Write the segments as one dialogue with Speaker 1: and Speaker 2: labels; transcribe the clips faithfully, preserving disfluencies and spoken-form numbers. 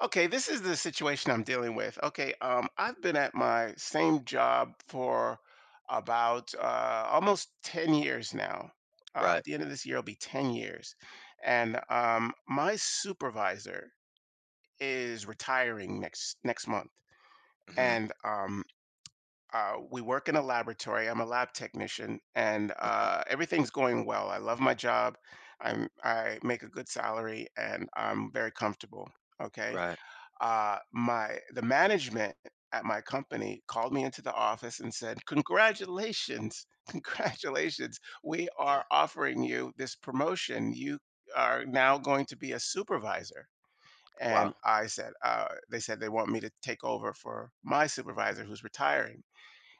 Speaker 1: Okay, this is the situation I'm dealing with. Okay, um, I've been at my same job for about uh, almost ten years now. Uh,
Speaker 2: Right.
Speaker 1: at the end of this year, it'll be ten years. And
Speaker 2: Mhm.
Speaker 1: um, my supervisor is retiring next next month.
Speaker 2: Mhm.
Speaker 1: And um, uh, we work in a laboratory. I'm a lab technician, and
Speaker 2: Okay.
Speaker 1: uh, everything's going well. I love my job. I'm I make a good salary, and I'm very comfortable. Okay
Speaker 2: Right.
Speaker 1: uh, my the management at my company called me into the office and said, "Congratulations, congratulations! We
Speaker 2: Yeah.
Speaker 1: are offering you this promotion. You are now going to be a supervisor." And
Speaker 2: Wow.
Speaker 1: I said, uh, "They said they want me to take over for my supervisor who's retiring."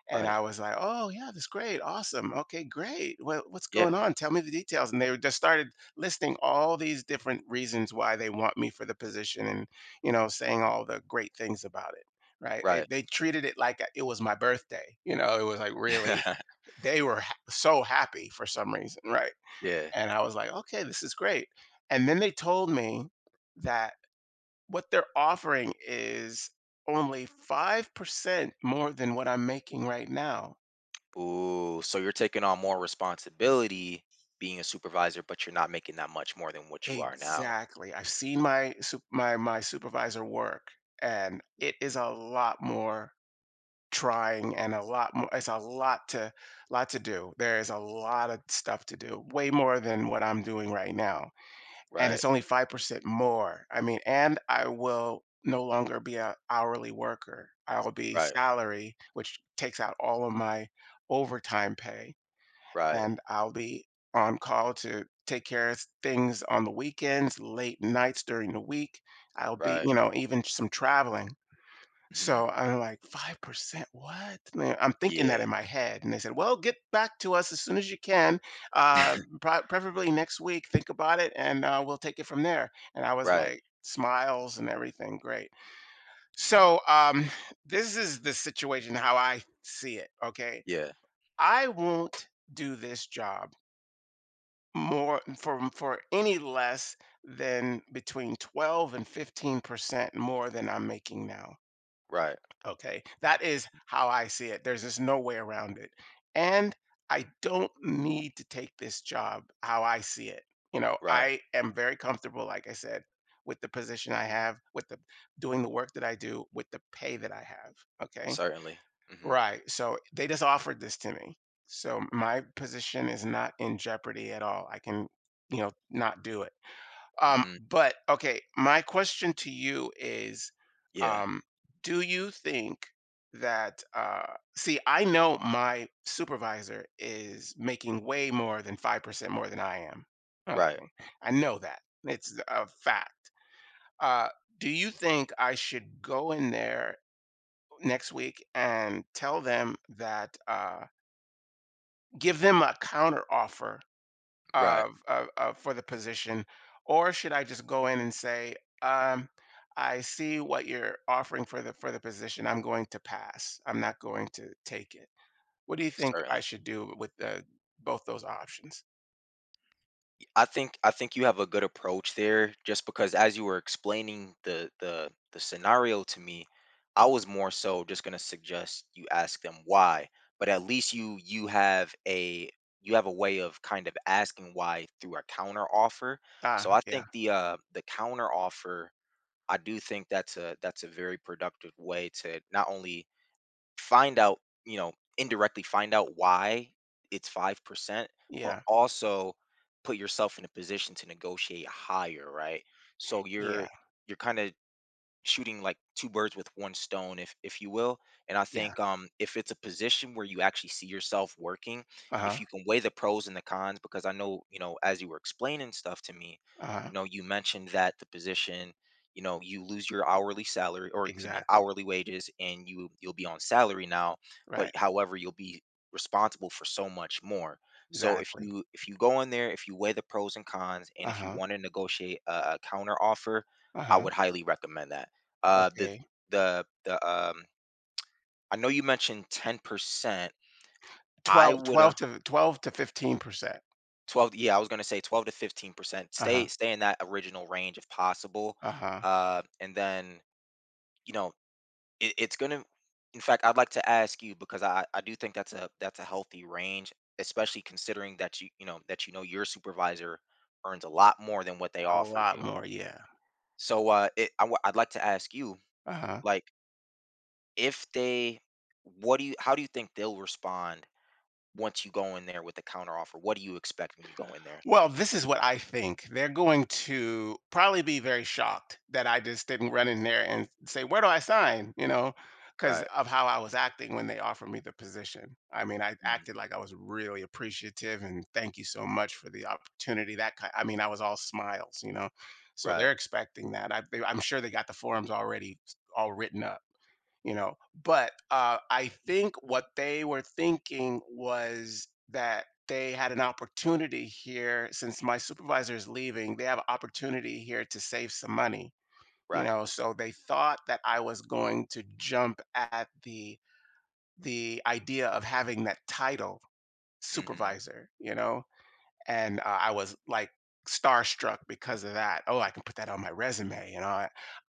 Speaker 1: And
Speaker 2: Right.
Speaker 1: I was like, "Oh, yeah, that's great. Awesome. Okay, great. What what's going
Speaker 2: Yeah.
Speaker 1: on? Tell me the details." And they just started listing all these different reasons why they want me for the position and, you know, saying
Speaker 2: Mm.
Speaker 1: all the great things about it, right? It,
Speaker 2: Right.
Speaker 1: they treated it like it was my birthday. You know, it was like really they were ha- so happy for some reason, right?
Speaker 2: Yeah.
Speaker 1: And I was like, "Okay, this is great." And then they told me that what they're offering is only five percent more than what I'm making right now.
Speaker 2: Ooh, so you're taking on more responsibility being a supervisor, but you're not making that much more than what you are now.
Speaker 1: Exactly. I've seen my sup my my supervisor work, and it is a lot more trying and a lot more it's a lot to lot to do. There is a lot of stuff to do, way more than what I'm doing right now, and
Speaker 2: Right.
Speaker 1: it's only five percent more. I mean, and I will no longer be a hourly worker. I'll be
Speaker 2: Right.
Speaker 1: salary, which takes out all of my overtime pay
Speaker 2: Right.
Speaker 1: and I'll be on call to take care of things on the weekends, late nights during the week. I'll be,
Speaker 2: Right.
Speaker 1: you know, even some traveling.
Speaker 2: Mhm.
Speaker 1: So I'm like, five percent? What? Man, I'm thinking that
Speaker 2: Yeah.
Speaker 1: in my head. And they said, well, get back to us as soon as you can, uh, pro- preferably next week. Think about it and uh, we'll take it from there. And I was
Speaker 2: Right.
Speaker 1: like, smiles and everything. Great.
Speaker 2: Mhm.
Speaker 1: So um, this is the situation how I see it. Okay.
Speaker 2: Yeah.
Speaker 1: I won't do this job more for for any less than between twelve and fifteen percent more than I'm making now.
Speaker 2: Right.
Speaker 1: Okay. That is how I see it. There's just no way around it. And I don't need to take this job how I see it. You know,
Speaker 2: Right.
Speaker 1: I am very comfortable, like I said, with the position I have, with the doing the work that I do, with the pay that I have. Okay.
Speaker 2: Certainly. Mhm.
Speaker 1: Right. So they just offered this to me. So my position is not in jeopardy at all. I can, you know, not do it. Um,
Speaker 2: Mhm.
Speaker 1: but okay, my question to you is,
Speaker 2: Yeah.
Speaker 1: um, do you think that uh see, I know my supervisor is making way more than five percent more than I am.
Speaker 2: Right.
Speaker 1: Okay. I know that. It's a fact. Uh, do you think I should go in there next week and tell them that uh, give them a counter offer
Speaker 2: Right.
Speaker 1: of, of, of for the position, or should I just go in and say, um, I see what you're offering for the for the position. I'm going to pass. I'm not going to take it. What do you think I
Speaker 2: Certainly.
Speaker 1: should do with the, both those options?
Speaker 2: I think I think you have a good approach there just because as you were explaining the the the scenario to me, I was more so just going to suggest you ask them why, but at least you you have a you have a way of kind of asking why through a counter offer.
Speaker 1: Ah,
Speaker 2: So I
Speaker 1: yeah,
Speaker 2: think the uh the counter offer, I do think that's a that's a very productive way to not only find out, you know, indirectly find out why it's five percent, but
Speaker 1: yeah,
Speaker 2: also put yourself in a position to negotiate higher, right? So
Speaker 1: yeah,
Speaker 2: you're you're kind of shooting like two birds with one stone if if you will, and I
Speaker 1: yeah.
Speaker 2: think um if it's a position where you actually see yourself working,
Speaker 1: Uh
Speaker 2: if
Speaker 1: huh.
Speaker 2: you can weigh the pros and the cons because I know, you know as you were explaining stuff to me,
Speaker 1: Uh huh.
Speaker 2: you know you mentioned that the position, you know you lose your hourly salary, or excuse me,
Speaker 1: Exactly.
Speaker 2: hourly wages, and you you'll be on salary now, but
Speaker 1: Right.
Speaker 2: however you'll be responsible for so much more. So if
Speaker 1: Exactly.
Speaker 2: you if you go in there, if you weigh the pros and cons and
Speaker 1: Uh
Speaker 2: if you
Speaker 1: huh.
Speaker 2: want to negotiate a, a counter offer,
Speaker 1: Uh
Speaker 2: I
Speaker 1: huh.
Speaker 2: would highly recommend that. Uh, the
Speaker 1: Okay.
Speaker 2: the the um, I know you mentioned ten percent. I
Speaker 1: Twelve,
Speaker 2: would uh
Speaker 1: twelve to twelve to fifteen percent.
Speaker 2: twelve, yeah, I was gonna say twelve to fifteen percent.
Speaker 1: Uh-huh,
Speaker 2: Stay stay in that original range if possible.
Speaker 1: uh-huh.
Speaker 2: Uh, and then, you know, it, it's gonna In fact, I'd like to ask you, because I I do think that's a that's a healthy range, especially considering that you you know that you know your supervisor earns a lot more than what they
Speaker 1: A
Speaker 2: offered
Speaker 1: lot
Speaker 2: you.
Speaker 1: more, yeah.
Speaker 2: So uh, it, I, w- I'd like to ask you,
Speaker 1: Uh-huh.
Speaker 2: like, if they, what do you, how do you think they'll respond once you go in there with a counteroffer? What do you expect when you go in there?
Speaker 1: Well, this is what I think. They're going to probably be very shocked that I just didn't run in there and say, "Where do I sign?" You know, because
Speaker 2: Right.
Speaker 1: of how I was acting when they offered me the position. I mean, I
Speaker 2: Mhm.
Speaker 1: acted like I was really appreciative and thank you so much for the opportunity. That kind, I mean, I was all smiles, you know. So
Speaker 2: Right.
Speaker 1: they're expecting that. I, they, I'm sure they got the forms already s- all written up. You know, but uh, I think what they were thinking was that they had an opportunity here since my supervisor is leaving. They have an opportunity here to save some money, you
Speaker 2: Right.
Speaker 1: know. So they thought that I was going to jump at the the idea of having that title,
Speaker 2: Mhm.
Speaker 1: supervisor, you know. And uh, I was like starstruck because of that. Oh, I can put that on my resume, you know.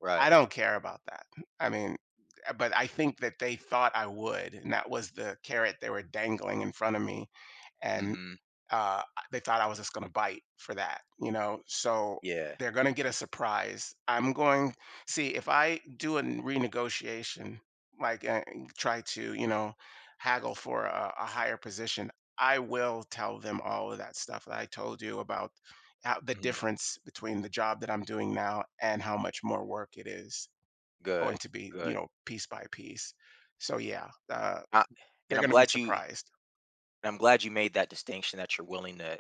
Speaker 2: Right.
Speaker 1: I don't care about that. I mean, uh, but I think that they thought I would, and that was the carrot they were dangling in front of me, and
Speaker 2: Mhm.
Speaker 1: uh, they thought I was just going to bite for that, you know. So
Speaker 2: Yeah.
Speaker 1: they're going to get a surprise. I'm going see if I do a n- renegotiation, like uh, and try to, you know, haggle for a, a higher position. I will tell them all of that stuff that I told you about how the
Speaker 2: Mhm.
Speaker 1: difference between the job that I'm doing now and how much more work it is going
Speaker 2: Good.
Speaker 1: to be, you
Speaker 2: Good.
Speaker 1: know, piece by piece. So yeah, uh,
Speaker 2: I,
Speaker 1: they're
Speaker 2: and I'm
Speaker 1: going to be
Speaker 2: glad you
Speaker 1: surprised.
Speaker 2: and I'm glad you made that distinction that you're willing to,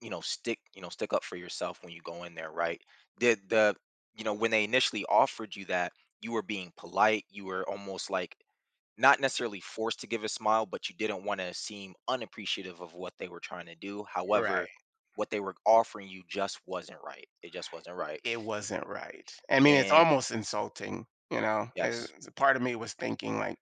Speaker 2: you know, stick, you know, stick up for yourself when you go in there, right? Did the you know, when they initially offered you that, you were being polite, you were almost like not necessarily forced to give a smile, but you didn't wanna seem unappreciative of what they were trying to do.
Speaker 1: Right.
Speaker 2: However, what they were offering you just wasn't right. It just wasn't right.
Speaker 1: It wasn't right. I mean, it's
Speaker 2: And
Speaker 1: almost insulting, you know. Uh,
Speaker 2: yes.
Speaker 1: part of me was thinking like,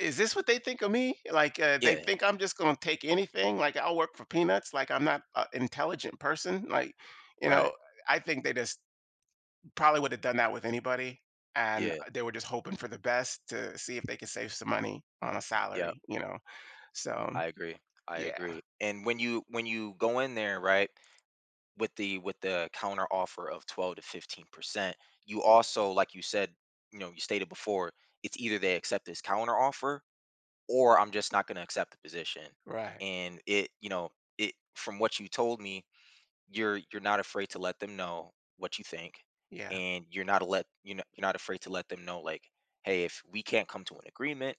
Speaker 1: is this what they think of me? Like uh, they
Speaker 2: Yeah,
Speaker 1: think I'm just going to take anything? Like I'll work for peanuts? Like I'm not an intelligent person? Like, you know,
Speaker 2: right.
Speaker 1: I think they just probably would have done that with anybody, and
Speaker 2: Yeah,
Speaker 1: uh, they were just hoping for the best to see if they could save some money on a
Speaker 2: yeah.
Speaker 1: salary, you know? So,
Speaker 2: I agree. I
Speaker 1: yeah,
Speaker 2: agree. And when you when you go in there, right, with the with the counter offer of twelve to fifteen percent, you also, like you said, you know, you stated before, it's either they accept this counter offer or I'm just not going to accept the position.
Speaker 1: right.
Speaker 2: And it, you know, it from what you told me, you're you're not afraid to let them know what you think,
Speaker 1: Yeah.
Speaker 2: and you're not a let you know you're not afraid to let them know like, hey, if we can't come to an agreement,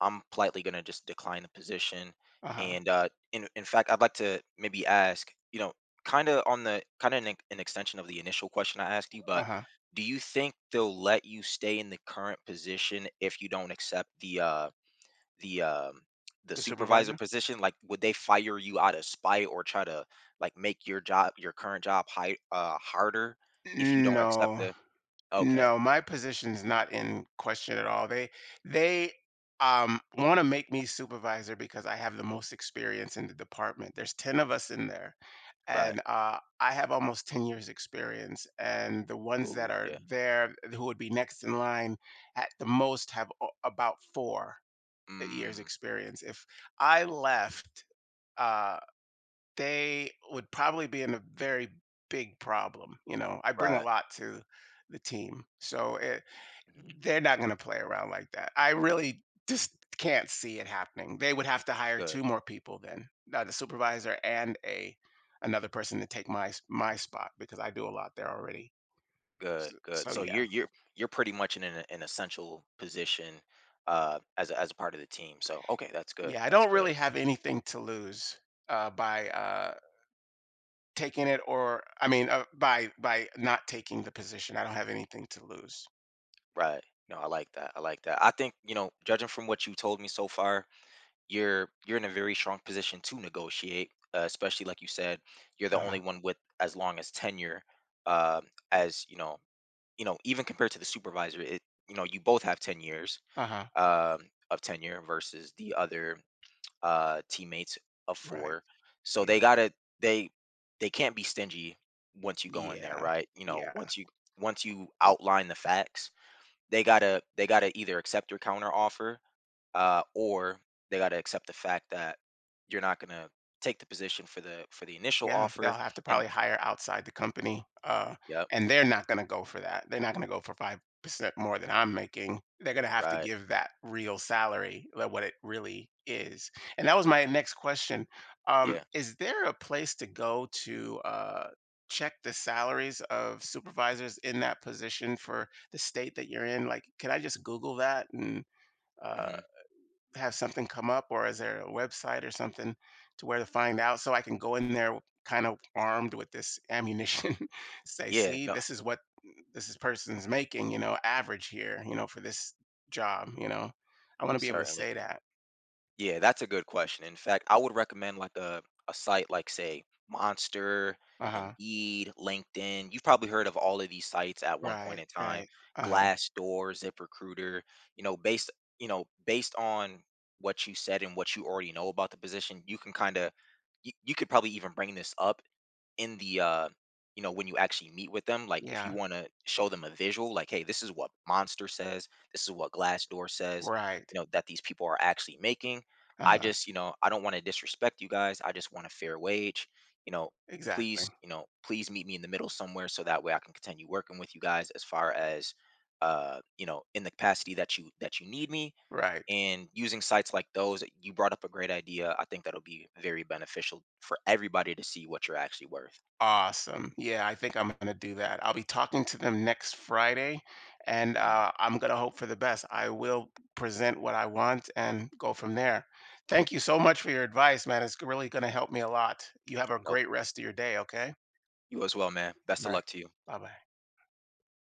Speaker 2: I'm politely going to just decline the position.
Speaker 1: Uh-huh.
Speaker 2: And uh, in in fact, I'd like to maybe ask, you know, kind of on the kind of an, an extension of the initial question I asked you, but
Speaker 1: Uh-huh.
Speaker 2: do you think they'll let you stay in the current position if you don't accept the uh the um the
Speaker 1: The
Speaker 2: supervisor
Speaker 1: supervisor?
Speaker 2: position? Like, would they fire you out of spite or try to, like, make your job your current job high uh harder if you don't accept
Speaker 1: No.
Speaker 2: the. Okay.
Speaker 1: No, my position's not in question at all. They they um want to make me supervisor because I have the most experience in the department. There's ten of us in there
Speaker 2: Right.
Speaker 1: and uh, I have almost ten years experience and the ones that
Speaker 2: Ooh,
Speaker 1: are
Speaker 2: yeah.
Speaker 1: there who would be next in line at the most have a- about four years
Speaker 2: Mm.
Speaker 1: experience. If I left, uh, they would probably be in a very big problem. You know, I bring a
Speaker 2: Right.
Speaker 1: lot to the team. So eh,
Speaker 2: Mhm.
Speaker 1: they're not gonna play around like that. I really just can't see it happening. They would have to hire
Speaker 2: Good.
Speaker 1: two more people then, uh, the supervisor and a another person to take my s my spot because I do a lot there already. S
Speaker 2: Good. Good.
Speaker 1: So,
Speaker 2: So
Speaker 1: yeah.
Speaker 2: you're you're you're pretty much in an, an essential position, uh as a, as a part of the team, so okay, that's good.
Speaker 1: Yeah, I
Speaker 2: That's
Speaker 1: don't
Speaker 2: good.
Speaker 1: really have anything to lose, uh, by, uh, taking it. Or I mean, uh, by by not taking the position. I don't have anything to lose.
Speaker 2: Right. No, I like that. I like that. I think, you know judging from what you told me so far, you're you're in a very strong position to negotiate, uh, especially like you said, you're the
Speaker 1: Uh-huh.
Speaker 2: only one with as long as tenure. Um, as you know, you know, even compared to the supervisor, it you know you both have ten years
Speaker 1: Uh-huh.
Speaker 2: um, of tenure versus the other uh, teammates of
Speaker 1: Right.
Speaker 2: four. So they
Speaker 1: Yeah.
Speaker 2: gotta they they can't be stingy once you go in there,
Speaker 1: Yeah.
Speaker 2: right? You know,
Speaker 1: Yeah.
Speaker 2: once you once you outline the facts, they gotta they gotta either accept your counter offer uh, or they got to accept the fact that you're not gonna take the position for the for the initial
Speaker 1: Yeah, they'll
Speaker 2: offer.
Speaker 1: have to
Speaker 2: And
Speaker 1: probably hire outside the company, uh,
Speaker 2: yep.
Speaker 1: and they're not gonna go for that. They're not gonna go for five percent more than I'm making. They're gonna have to
Speaker 2: Right.
Speaker 1: give that real salary, like, what it really is, and that was my next question. Um,
Speaker 2: Yeah.
Speaker 1: is there a place to go to, uh, check the salaries of supervisors in that position for the state that you're in? Like, can I just Google that and, uh
Speaker 2: Hmm.
Speaker 1: have something come up, or is there a website or something to where to find out so I can go in there kind of armed with this ammunition, say,
Speaker 2: Yeah,
Speaker 1: see,
Speaker 2: no.
Speaker 1: this is what this is person's making, you know, average here, you know, for this job, you know. I want to be able to
Speaker 2: Certainly.
Speaker 1: say that.
Speaker 2: Yeah, that's a good question. In fact, I would recommend like a a site like say Monster,
Speaker 1: Uh-huh.
Speaker 2: Indeed, LinkedIn. You've probably heard of all of these sites at one point
Speaker 1: Right,
Speaker 2: in time.
Speaker 1: right. Uh-huh.
Speaker 2: Glassdoor, ZipRecruiter. You know, based you know based on what you said and what you already know about the position, you can kind of you, you could probably even bring this up in the uh you know when you actually meet with them, like, if you
Speaker 1: Yeah.
Speaker 2: want to show them a visual, like, hey, this is what Monster says, this is what Glassdoor says,
Speaker 1: Right.
Speaker 2: you know that these people are actually making. i
Speaker 1: Uh-huh.
Speaker 2: just you know I don't want to disrespect you guys. I just want a fair wage. you know
Speaker 1: Exactly.
Speaker 2: please you know please meet me in the middle somewhere so that way I can continue working with you guys as far as uh you know in the capacity that you that you need me.
Speaker 1: Right.
Speaker 2: And using sites like those, you brought up a great idea. I think that'll be very beneficial for everybody to see what you're actually worth.
Speaker 1: Awesome. Yeah, I think I'm gonna do that. I'll be talking to them next Friday, and
Speaker 2: Mhm.
Speaker 1: uh, I'm gonna hope for the best. I will present what I want and go from there. Thank you so much for your advice, man. It's really gonna help me a lot. You have a
Speaker 2: Nope.
Speaker 1: great rest of your day, okay?
Speaker 2: You as well, man. Best
Speaker 1: All
Speaker 2: of
Speaker 1: right.
Speaker 2: luck to you.
Speaker 1: Bye bye.